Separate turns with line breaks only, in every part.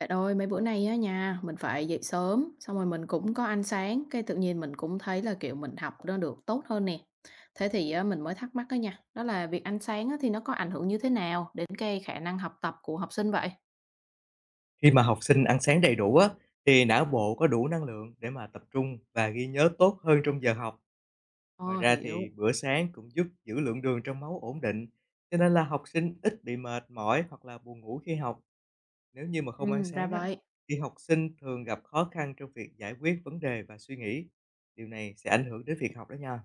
Bạn ơi, mấy bữa nay á nha, mình phải dậy sớm, xong rồi mình cũng có ăn sáng, cái tự nhiên mình cũng thấy là, kiểu, mình học nó được tốt hơn nè. Thế thì á, mình mới thắc mắc đó nha, đó là việc ăn sáng á, thì nó có ảnh hưởng như thế nào đến cái khả năng học tập của học sinh vậy?
Khi mà học sinh ăn sáng đầy đủ á, thì não bộ có đủ năng lượng để mà tập trung và ghi nhớ tốt hơn trong giờ học. Ngoài
Ờ,
ra thì
hiểu.
bữa sáng cũng giúp giữ lượng đường trong máu ổn định, cho nên là học sinh ít bị mệt mỏi hoặc là buồn ngủ khi học. Nếu như mà không ăn
Ra
sáng á,
vậy.
thì học sinh thường gặp khó khăn trong việc giải quyết vấn đề và suy nghĩ. Điều này sẽ ảnh hưởng đến việc học đó nha.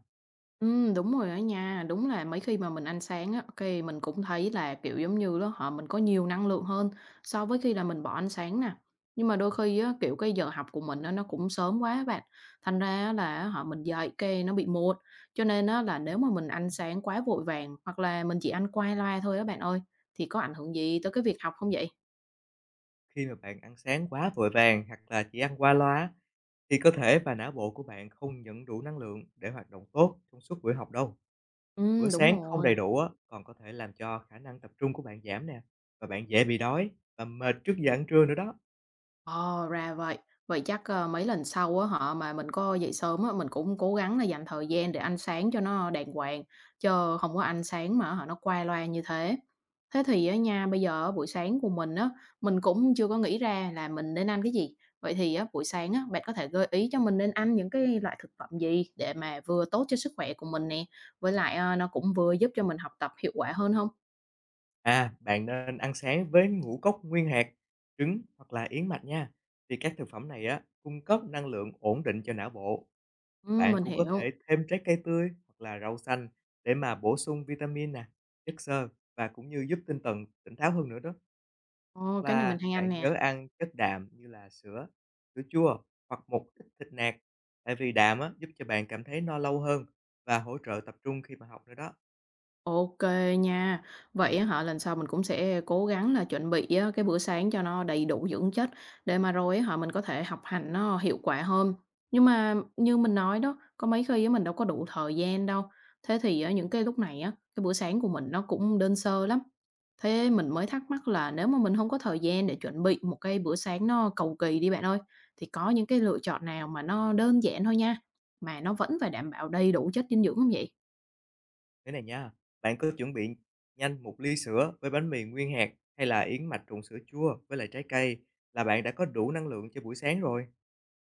Đúng rồi đó nha. Đúng là mấy khi mà mình ăn sáng á, cái mình cũng thấy là, kiểu, giống như đó họ mình có nhiều năng lượng hơn so với khi là mình bỏ ăn sáng nè. Nhưng mà đôi khi á, kiểu, cái giờ học của mình á, nó cũng sớm quá á bạn, thành ra á là họ mình dậy cái nó bị muộn. Cho nên á là nếu mà mình ăn sáng quá vội vàng hoặc là mình chỉ ăn qua loa thôi á bạn ơi, thì có ảnh hưởng gì tới cái việc học không vậy?
Khi mà bạn ăn sáng quá vội vàng hoặc là chỉ ăn qua loa á, thì cơ thể và não bộ của bạn không nhận đủ năng lượng để hoạt động tốt trong suốt buổi học đâu. Bữa
Đúng
sáng không
rồi.
đầy đủ á, còn có thể làm cho khả năng tập trung của bạn giảm nè, và bạn dễ bị đói và mệt trước giờ ăn trưa nữa đó.
Ồ, ra vậy. Vậy chắc, ơ, mấy lần sau á họ mà mình có dậy sớm á, mình cũng cố gắng là dành thời gian để ăn sáng cho nó đàng hoàng, chớ không có ăn sáng mà họ nó qua loa như thế. Thế thì á nha, bây giờ á buổi sáng của mình á, mình cũng chưa có nghĩ ra là mình nên ăn cái gì. Vậy thì á, buổi sáng á, bạn có thể gợi ý cho mình nên ăn những cái loại thực phẩm gì để mà vừa tốt cho sức khỏe của mình nè, với lại, ơ, nó cũng vừa giúp cho mình học tập hiệu quả hơn không.
À, bạn nên ăn sáng với ngũ cốc nguyên hạt, trứng hoặc là yến mạch nha. Vì các thực phẩm này á, cung cấp năng lượng ổn định cho não bộ. Bạn
Mình
cũng có thể
hiểu.
thêm trái cây tươi hoặc là rau xanh để mà bổ sung vitamin nè, chất xơ và cũng như giúp tinh thần tỉnh táo hơn nữa đó.
Ồ, cái này mình
Là
hay ăn
bạn
nè.
nhớ ăn chất đạm như là sữa, sữa chua hoặc một ít thịt nạc, tại vì đạm á, giúp cho bạn cảm thấy no lâu hơn và hỗ trợ tập trung khi mà học nữa đó.
OK nha. Vậy á hả, lần sau mình cũng sẽ cố gắng là chuẩn bị á, cái bữa sáng cho nó đầy đủ dưỡng chất để mà rồi á hả, mình có thể học hành nó hiệu quả hơn. Nhưng mà như mình nói đó, có mấy khi á mình đâu có đủ thời gian đâu. Thế thì á, những cái lúc này á, cái bữa sáng của mình nó cũng đơn sơ lắm. Thế mình mới thắc mắc là nếu mà mình không có thời gian để chuẩn bị một cái bữa sáng nó cầu kỳ đi bạn ơi, thì có những cái lựa chọn nào mà nó đơn giản thôi nha, mà nó vẫn phải đảm bảo đầy đủ chất dinh dưỡng hông vậy?
Thế này nha, bạn cứ chuẩn bị nhanh một ly sữa với bánh mì nguyên hạt hay là yến mạch trộn sữa chua với lại trái cây là bạn đã có đủ năng lượng cho buổi sáng rồi.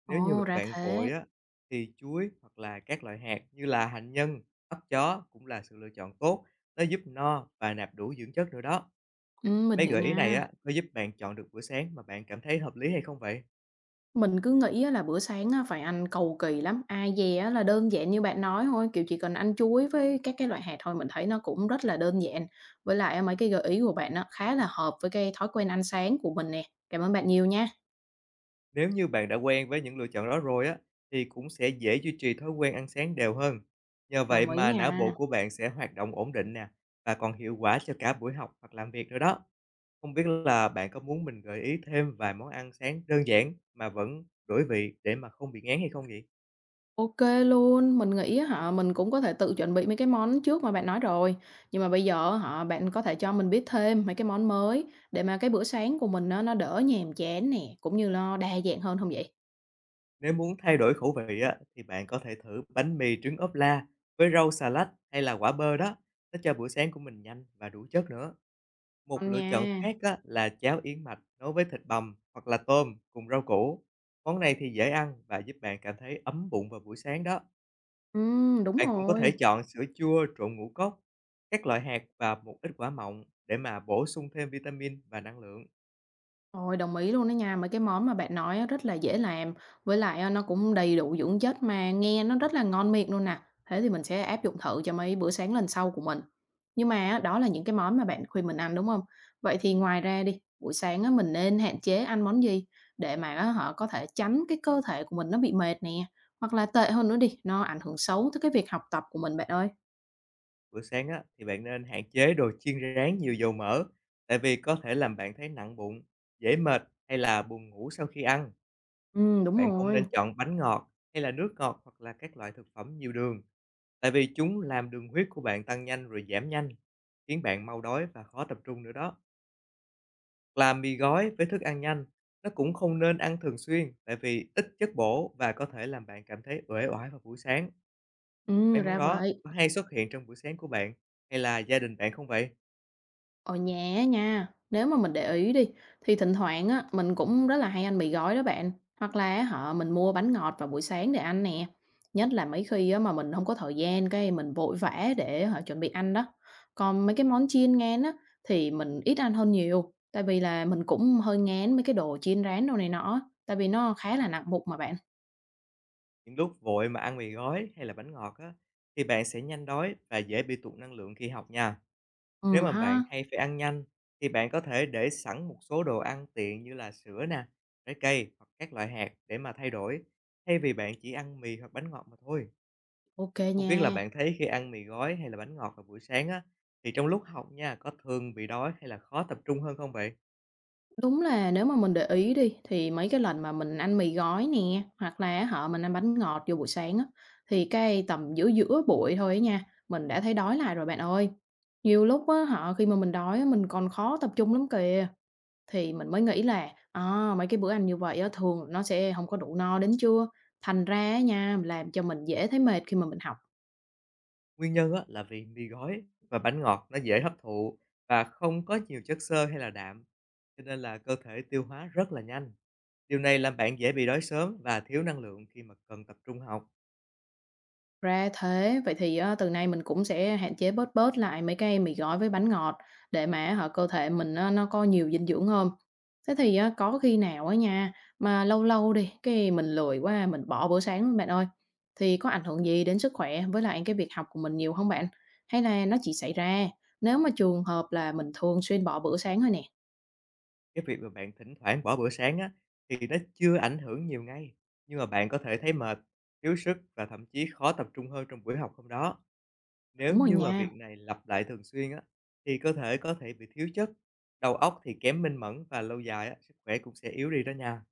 Nếu như
Ồ, ra
bạn
thế.
vội á, thì chuối hoặc là các loại hạt như là hạnh nhân, ấp chó cũng là sự lựa chọn tốt. Nó giúp no và nạp đủ dưỡng chất nữa đó.
Mình
Mấy
hiểu
gợi ý này
nha.
á, có giúp bạn chọn được bữa sáng mà bạn cảm thấy hợp lý hay không vậy?
Mình cứ nghĩ á là bữa sáng á phải ăn cầu kỳ lắm, ai dè á là đơn giản như bạn nói thôi, kiểu, chỉ cần ăn chuối với các cái loại hạt thôi mình thấy nó cũng rất là đơn giản. Với lại á mấy cái gợi ý của bạn á khá là hợp với cái thói quen ăn sáng của mình nè. Cảm ơn bạn nhiều nha.
Nếu như bạn đã quen với những lựa chọn đó rồi á, thì cũng sẽ dễ duy trì thói quen ăn sáng đều hơn. Nhờ vậy
Đồng ý
mà não bộ
nha.
của bạn sẽ hoạt động ổn định nè, và còn hiệu quả cho cả buổi học hoặc làm việc nữa đó. Không biết là bạn có muốn mình gợi ý thêm vài món ăn sáng đơn giản mà vẫn đổi vị để mà không bị ngán hay không vậy?
OK luôn, mình nghĩ á hả, mình cũng có thể tự chuẩn bị mấy cái món trước mà bạn nói rồi. Nhưng mà bây giờ á hả, bạn có thể cho mình biết thêm mấy cái món mới để mà cái bữa sáng của mình á nó đỡ nhàm chán nè, cũng như nó đa dạng hơn không vậy?
Nếu muốn thay đổi khẩu vị á, thì bạn có thể thử bánh mì trứng ốp la với rau xà lách hay là quả bơ đó. Nó cho bữa sáng của mình nhanh và đủ chất nữa. Một
Ngon
lựa chọn
nha.
khác á, là cháo yến mạch nấu với thịt bằm hoặc là tôm cùng rau củ. Món này thì dễ ăn và giúp bạn cảm thấy ấm bụng vào buổi sáng đó.
Đúng
Bạn cũng có thể
rồi.
chọn sữa chua trộn ngũ cốc, các loại hạt và một ít quả mọng để mà bổ sung thêm vitamin và năng lượng.
Rồi, đồng ý luôn đó nha. Mấy cái món mà bạn nói á rất là dễ làm, với lại á nó cũng đầy đủ dưỡng chất mà nghe nó rất là ngon miệng luôn nè. Thế thì mình sẽ áp dụng thử cho mấy bữa sáng lần sau của mình. Nhưng mà á, đó là những cái món mà bạn khuyên mình ăn, đúng không? Vậy thì ngoài ra đi, buổi sáng á mình nên hạn chế ăn món gì để mà á hả, có thể tránh cái cơ thể của mình nó bị mệt nè, hoặc là tệ hơn nữa đi, nó ảnh hưởng xấu tới cái việc học tập của mình bạn ơi.
Bữa sáng á, thì bạn nên hạn chế đồ chiên rán nhiều dầu mỡ, tại vì có thể làm bạn thấy nặng bụng, dễ mệt hay là buồn ngủ sau khi ăn.
Đúng
Bạn không
rồi.
nên chọn bánh ngọt hay là nước ngọt hoặc là các loại thực phẩm nhiều đường, tại vì chúng làm đường huyết của bạn tăng nhanh rồi giảm nhanh, khiến bạn mau đói và khó tập trung nữa đó. Là mì gói với thức ăn nhanh, nó cũng không nên ăn thường xuyên tại vì ít chất bổ và có thể làm bạn cảm thấy uể oải vào buổi sáng. Mấy món
Ra
đó
vậy.
có hay xuất hiện trong buổi sáng của bạn hay là gia đình bạn không vậy?
Ở nhà á nha, nếu mà mình để ý đi thì thỉnh thoảng á mình cũng rất là hay ăn mì gói đó bạn, hoặc là á hả mình mua bánh ngọt vào buổi sáng để ăn nè. Nhất là mấy khi á mà mình không có thời gian cái mình vội vã để họ chuẩn bị ăn đó. Còn mấy cái món chiên ngán á thì mình ít ăn hơn nhiều, tại vì là mình cũng hơi ngán mấy cái đồ chiên rán đồ này nọ, tại vì nó khá là nặng mục mà bạn.
Những lúc vội mà ăn mì gói hay là bánh ngọt á, thì bạn sẽ nhanh đói và dễ bị tụt năng lượng khi học nha. Nếu mà bạn
Ha,
hay phải ăn nhanh thì bạn có thể để sẵn một số đồ ăn tiện như là sữa nè, trái cây hoặc các loại hạt để mà thay đổi, thay vì bạn chỉ ăn mì hoặc bánh ngọt mà thôi.
OK
Không
nha.
biết là bạn thấy khi ăn mì gói hay là bánh ngọt vào buổi sáng á, thì trong lúc học nha, có thường bị đói hay là khó tập trung hơn không vậy?
Đúng là nếu mà mình để ý đi, thì mấy cái lần mà mình ăn mì gói nè, hoặc là họ mình ăn bánh ngọt vô buổi sáng á, thì cái tầm giữa giữa buổi thôi á nha, mình đã thấy đói lại rồi bạn ơi. Nhiều lúc á hả, khi mà mình đói á, mình còn khó tập trung lắm kìa, thì mình mới nghĩ là, à, mấy cái bữa ăn như vậy á, thường nó sẽ không có đủ no đến trưa, thành ra á nha, làm cho mình dễ thấy mệt khi mà mình học.
Nguyên nhân á, là vì mì gói và bánh ngọt nó dễ hấp thụ và không có nhiều chất xơ hay là đạm, cho nên là cơ thể tiêu hóa rất là nhanh. Điều này làm bạn dễ bị đói sớm và thiếu năng lượng khi mà cần tập trung học.
Ra thế, vậy thì á, từ nay mình cũng sẽ hạn chế bớt bớt lại mấy cái mì gói với bánh ngọt để mà họ cơ thể mình á, nó có nhiều dinh dưỡng hơn. Thế thì á, có khi nào á nha, mà lâu lâu đi, cái mình lười quá, mình bỏ bữa sáng luôn bạn ơi. Thì có ảnh hưởng gì đến sức khỏe với lại cái việc học của mình nhiều không bạn? Hay là nó chỉ xảy ra nếu mà trường hợp là mình thường xuyên bỏ bữa sáng thôi nè?
Cái việc mà bạn thỉnh thoảng bỏ bữa sáng á, thì nó chưa ảnh hưởng nhiều ngay, nhưng mà bạn có thể thấy mệt, thiếu sức và thậm chí khó tập trung hơn trong buổi học hôm đó. Nếu
Đúng rồi
như mà
nha.
việc này lặp lại thường xuyên á, thì cơ thể có thể bị thiếu chất, đầu óc thì kém minh mẫn và lâu dài á, sức khỏe cũng sẽ yếu đi đó nha.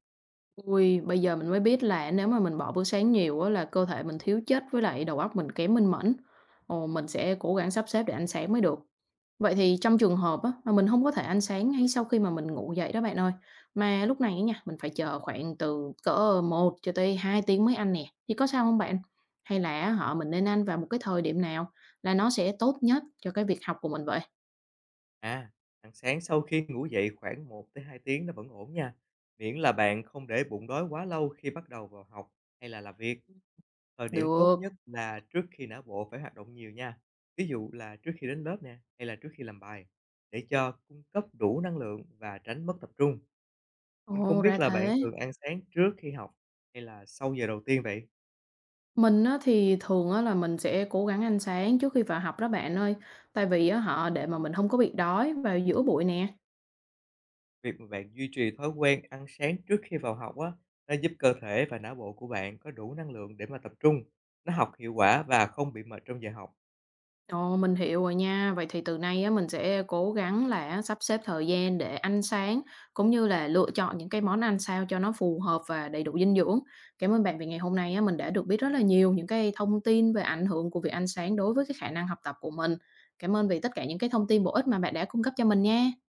Ui bây giờ mình mới biết là nếu mà mình bỏ bữa sáng nhiều á là cơ thể mình thiếu chất với lại đầu óc mình kém minh mẫn. Ồ, mình sẽ cố gắng sắp xếp để ăn sáng mới được. Vậy thì trong trường hợp á, mà mình không có thể ăn sáng ngay sau khi mà mình ngủ dậy đó bạn ơi. Mà lúc này á nha, mình phải chờ khoảng từ cỡ 1 cho tới 2 tiếng mới ăn nè. Thì có sao không bạn? Hay là họ mình nên ăn vào một cái thời điểm nào là nó sẽ tốt nhất cho cái việc học của mình vậy?
À, ăn sáng sau khi ngủ dậy khoảng 1 tới 2 tiếng nó vẫn ổn nha, miễn là bạn không để bụng đói quá lâu khi bắt đầu vào học hay là làm việc. Thời điểm tốt
Được.
nhất là trước khi não bộ phải hoạt động nhiều nha, ví dụ là trước khi đến lớp nè, hay là trước khi làm bài, để cho cung cấp đủ năng lượng và tránh mất tập trung. Mình không
Ồ, ra
biết là bạn
thế.
thường ăn sáng trước khi học hay là sau giờ đầu tiên vậy?
Mình á thì thường á là mình sẽ cố gắng ăn sáng trước khi vào học đó bạn ơi. Tại vì á họ để mà mình không có bị đói vào giữa buổi nè.
Việc mà bạn duy trì thói quen ăn sáng trước khi vào học á, nó giúp cơ thể và não bộ của bạn có đủ năng lượng để mà tập trung, nó học hiệu quả và không bị mệt trong giờ học.
Ồ, mình hiểu rồi nha. Vậy thì từ nay á mình sẽ cố gắng là sắp xếp thời gian để ăn sáng, cũng như là lựa chọn những cái món ăn sao cho nó phù hợp và đầy đủ dinh dưỡng. Cảm ơn bạn vì ngày hôm nay á mình đã được biết rất là nhiều những cái thông tin về ảnh hưởng của việc ăn sáng đối với cái khả năng học tập của mình. Cảm ơn vì tất cả những cái thông tin bổ ích mà bạn đã cung cấp cho mình nha.